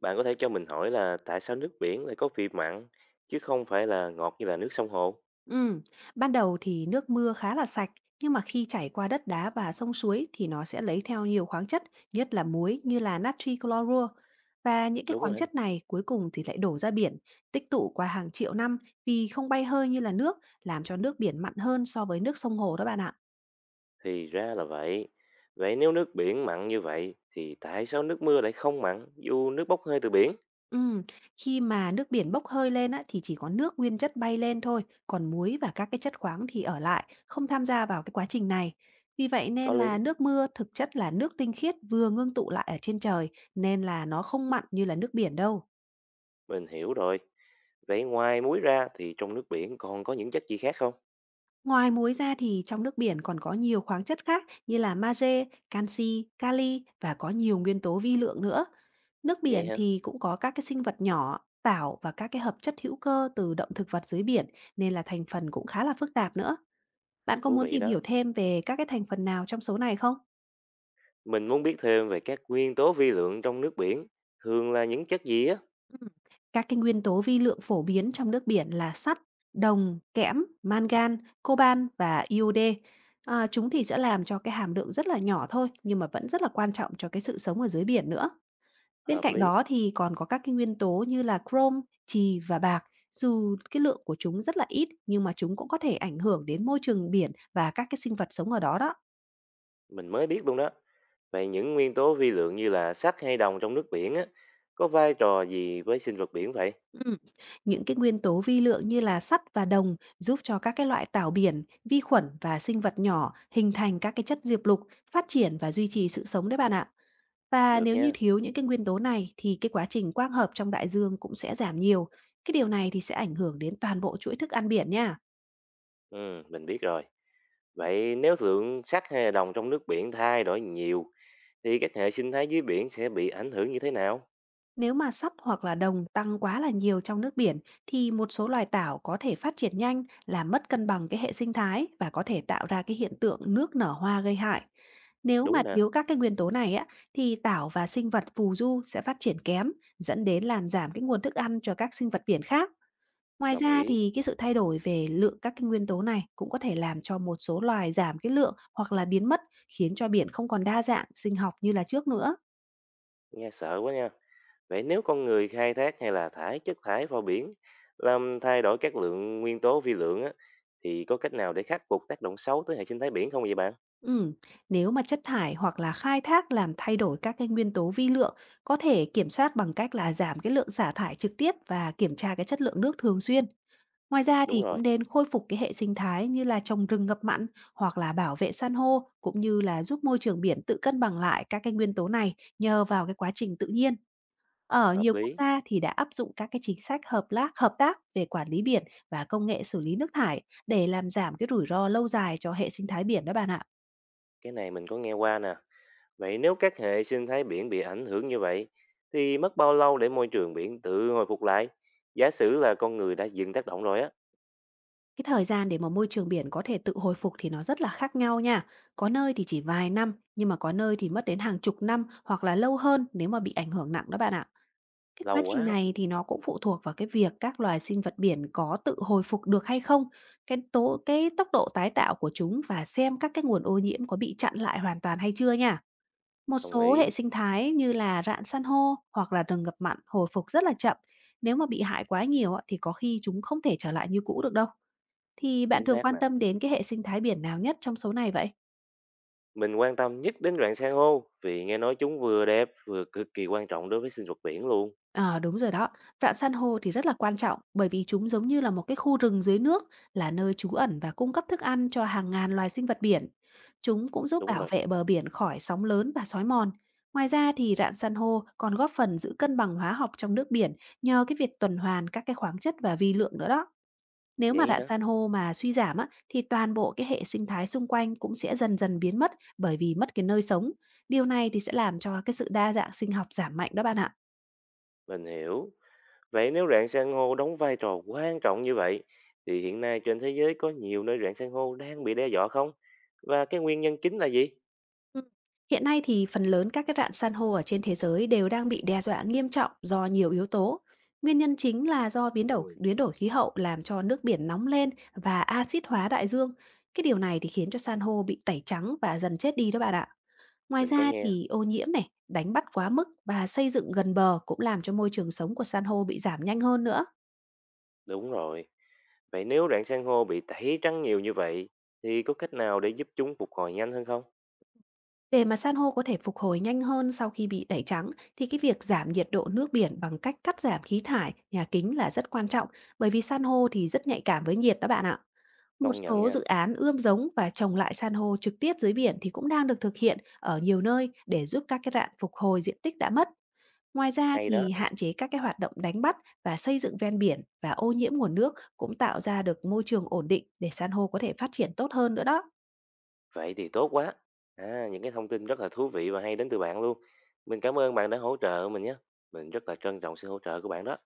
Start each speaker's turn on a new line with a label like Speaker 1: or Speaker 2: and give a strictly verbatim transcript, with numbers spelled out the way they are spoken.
Speaker 1: Bạn có thể cho mình hỏi là tại sao nước biển lại có vị mặn chứ không phải là ngọt như là nước sông hồ?
Speaker 2: Ừm, Ban đầu thì nước mưa khá là sạch, nhưng mà khi chảy qua đất đá và sông suối thì nó sẽ lấy theo nhiều khoáng chất, nhất là muối như là natri clorua. Và những cái
Speaker 1: Đúng
Speaker 2: khoáng
Speaker 1: rồi.
Speaker 2: chất này cuối cùng thì lại đổ ra biển, tích tụ qua hàng triệu năm vì không bay hơi như là nước, làm cho nước biển mặn hơn so với nước sông hồ đó bạn ạ.
Speaker 1: Thì ra là vậy. Vậy nếu nước biển mặn như vậy thì tại sao nước mưa lại không mặn dù nước bốc hơi từ biển?
Speaker 2: Ừm, Khi mà nước biển bốc hơi lên á, thì chỉ có nước nguyên chất bay lên thôi, còn muối và các cái chất khoáng thì ở lại, không tham gia vào cái quá trình này. Vì vậy
Speaker 1: Có
Speaker 2: nên
Speaker 1: lý,
Speaker 2: là nước mưa thực chất là nước tinh khiết vừa ngưng tụ lại ở trên trời, nên là nó không mặn như là nước biển đâu.
Speaker 1: mình hiểu rồi. Vậy ngoài muối ra thì trong nước biển còn có những chất gì khác không?
Speaker 2: Ngoài muối ra thì trong nước biển còn có nhiều khoáng chất khác như là magie, canxi, kali và có nhiều nguyên tố vi lượng nữa. Nước
Speaker 1: Vậy
Speaker 2: biển
Speaker 1: hả?
Speaker 2: thì cũng có các cái sinh vật nhỏ, tảo và các cái hợp chất hữu cơ từ động thực vật dưới biển, nên là thành phần cũng khá là phức tạp nữa. Bạn có
Speaker 1: Thú
Speaker 2: muốn
Speaker 1: vị
Speaker 2: tìm
Speaker 1: đó.
Speaker 2: hiểu thêm về các cái thành phần nào trong số này không?
Speaker 1: Mình muốn biết thêm về các nguyên tố vi lượng trong nước biển. Thường là những chất gì á?
Speaker 2: Ừm, các cái nguyên tố vi lượng phổ biến trong nước biển là sắt, đồng, kẽm, mangan, coban và iode. À, chúng thì sẽ làm cho cái hàm lượng rất là nhỏ thôi, nhưng mà vẫn rất là quan trọng cho cái sự sống ở dưới biển nữa. Bên
Speaker 1: Hợp
Speaker 2: cạnh
Speaker 1: lý.
Speaker 2: đó thì còn có các cái nguyên tố như là chrome, chì và bạc. Dù cái lượng của chúng rất là ít nhưng mà chúng cũng có thể ảnh hưởng đến môi trường biển và các cái sinh vật sống ở đó đó.
Speaker 1: Mình mới biết luôn đó. Vậy những nguyên tố vi lượng như là sắt hay đồng trong nước biển á, có vai trò gì với sinh vật biển vậy?
Speaker 2: Ừm, những cái nguyên tố vi lượng như là sắt và đồng giúp cho các cái loại tảo biển, vi khuẩn và sinh vật nhỏ hình thành các cái chất diệp lục, phát triển và duy trì sự sống đấy bạn ạ. Và
Speaker 1: Được
Speaker 2: nếu như
Speaker 1: nha.
Speaker 2: thiếu những cái nguyên tố này thì cái quá trình quang hợp trong đại dương cũng sẽ giảm nhiều. Cái điều này thì sẽ ảnh hưởng đến toàn bộ chuỗi thức ăn biển nha.
Speaker 1: Ừ, mình biết rồi. Vậy nếu lượng sắt hay là đồng trong nước biển thay đổi nhiều, thì các hệ sinh thái dưới biển sẽ bị ảnh hưởng như thế nào?
Speaker 2: Nếu mà sắt hoặc là đồng tăng quá là nhiều trong nước biển thì một số loài tảo có thể phát triển nhanh, làm mất cân bằng cái hệ sinh thái và có thể tạo ra cái hiện tượng nước nở hoa gây hại. Nếu mà
Speaker 1: Đúng nè,
Speaker 2: thiếu các cái nguyên tố này á, thì tảo và sinh vật phù du sẽ phát triển kém, dẫn đến làm giảm cái nguồn thức ăn cho các sinh vật biển khác. Ngoài
Speaker 1: đồng
Speaker 2: ra
Speaker 1: ý.
Speaker 2: thì cái sự thay đổi về lượng các cái nguyên tố này cũng có thể làm cho một số loài giảm cái lượng hoặc là biến mất, khiến cho biển không còn đa dạng sinh học như là trước nữa.
Speaker 1: Nghe sợ quá nha. Vậy nếu con người khai thác hay là thải chất thải vào biển, làm thay đổi các lượng nguyên tố vi lượng á, thì có cách nào để khắc phục tác động xấu tới hệ sinh thái biển không vậy bạn?
Speaker 2: Ừ, nếu mà chất thải hoặc là khai thác làm thay đổi các cái nguyên tố vi lượng, có thể kiểm soát bằng cách là giảm cái lượng xả thải trực tiếp và kiểm tra cái chất lượng nước thường xuyên. Ngoài ra
Speaker 1: Đúng
Speaker 2: thì cũng
Speaker 1: rồi,
Speaker 2: nên khôi phục cái hệ sinh thái như là trồng rừng ngập mặn hoặc là bảo vệ san hô, cũng như là giúp môi trường biển tự cân bằng lại các cái nguyên tố này nhờ vào cái quá trình tự nhiên. Ở
Speaker 1: hợp
Speaker 2: nhiều quốc
Speaker 1: lý.
Speaker 2: gia thì đã áp dụng các cái chính sách hợp tác hợp tác về quản lý biển và công nghệ xử lý nước thải để làm giảm cái rủi ro lâu dài cho hệ sinh thái biển đó bạn ạ.
Speaker 1: Cái này mình có nghe qua nè. Vậy nếu các hệ sinh thái biển bị ảnh hưởng như vậy, thì mất bao lâu để môi trường biển tự hồi phục lại? Giả sử là con người đã dừng tác động rồi á,
Speaker 2: Cái thời gian để mà môi trường biển có thể tự hồi phục thì nó rất là khác nhau nha. Có nơi thì chỉ vài năm, nhưng mà có nơi thì mất đến hàng chục năm hoặc là lâu hơn nếu mà bị ảnh hưởng nặng đó bạn ạ. Cái quá
Speaker 1: lâu
Speaker 2: trình
Speaker 1: quá,
Speaker 2: này thì nó cũng phụ thuộc vào cái việc các loài sinh vật biển có tự hồi phục được hay không, cái tố cái tốc độ tái tạo của chúng và xem các cái nguồn ô nhiễm có bị chặn lại hoàn toàn hay chưa nha. Một
Speaker 1: đồng
Speaker 2: số
Speaker 1: ý,
Speaker 2: hệ sinh thái như là rạn san hô hoặc là rừng ngập mặn hồi phục rất là chậm. Nếu mà bị hại quá nhiều á, thì có khi chúng không thể trở lại như cũ được đâu. Thì bạn
Speaker 1: chính
Speaker 2: thường
Speaker 1: xác
Speaker 2: quan
Speaker 1: nè.
Speaker 2: tâm đến cái hệ sinh thái biển nào nhất trong số này vậy?
Speaker 1: Mình quan tâm nhất đến rạn san hô, vì nghe nói chúng vừa đẹp vừa cực kỳ quan trọng đối với sinh vật biển luôn.
Speaker 2: Ờ, đúng rồi đó. Rạn san hô thì rất là quan trọng bởi vì chúng giống như là một cái khu rừng dưới nước, là nơi trú ẩn và cung cấp thức ăn cho hàng ngàn loài sinh vật biển. Chúng cũng giúp
Speaker 1: Đúng
Speaker 2: bảo
Speaker 1: rồi,
Speaker 2: vệ bờ biển khỏi sóng lớn và sói mòn. Ngoài ra thì rạn san hô còn góp phần giữ cân bằng hóa học trong nước biển nhờ cái việc tuần hoàn các cái khoáng chất và vi lượng nữa đó. Nếu mà
Speaker 1: vậy
Speaker 2: rạn
Speaker 1: hả?
Speaker 2: san hô mà suy giảm á, thì toàn bộ cái hệ sinh thái xung quanh cũng sẽ dần dần biến mất bởi vì mất cái nơi sống. Điều này thì sẽ làm cho cái sự đa dạng sinh học giảm mạnh đó bạn ạ.
Speaker 1: Mình hiểu. Vậy nếu rạn san hô đóng vai trò quan trọng như vậy, thì hiện nay trên thế giới có nhiều nơi rạn san hô đang bị đe dọa không? Và cái nguyên nhân chính là gì?
Speaker 2: Ừ, Hiện nay thì phần lớn các cái rạn san hô ở trên thế giới đều đang bị đe dọa nghiêm trọng do nhiều yếu tố. Nguyên nhân chính là do biến đổi
Speaker 1: Ừ,
Speaker 2: biến đổi khí hậu làm cho nước biển nóng lên và axit hóa đại dương. Cái điều này thì khiến cho san hô bị tẩy trắng và dần chết đi đó bạn ạ. Ngoài
Speaker 1: mình có
Speaker 2: ra
Speaker 1: nghe.
Speaker 2: thì ô nhiễm này, đánh bắt quá mức và xây dựng gần bờ cũng làm cho môi trường sống của san hô bị giảm nhanh hơn nữa.
Speaker 1: Đúng rồi. Vậy nếu rạn san hô bị tẩy trắng nhiều như vậy thì có cách nào để giúp chúng phục hồi nhanh hơn không?
Speaker 2: Để mà san hô có thể phục hồi nhanh hơn sau khi bị tẩy trắng thì cái việc giảm nhiệt độ nước biển bằng cách cắt giảm khí thải, nhà kính là rất quan trọng, bởi vì san hô thì rất nhạy cảm với nhiệt đó bạn ạ. Một
Speaker 1: Công nhận
Speaker 2: số
Speaker 1: nha,
Speaker 2: dự án ươm giống và trồng lại san hô trực tiếp dưới biển thì cũng đang được thực hiện ở nhiều nơi để giúp các cái rạn phục hồi diện tích đã mất. Ngoài ra
Speaker 1: hay đó.
Speaker 2: thì hạn chế các cái hoạt động đánh bắt và xây dựng ven biển và ô nhiễm nguồn nước cũng tạo ra được môi trường ổn định để san hô có thể phát triển tốt hơn nữa đó.
Speaker 1: Vậy thì tốt quá. À, những cái thông tin rất là thú vị và hay đến từ bạn luôn. Mình cảm ơn bạn đã hỗ trợ mình nhé. Mình rất là trân trọng sự hỗ trợ của bạn đó.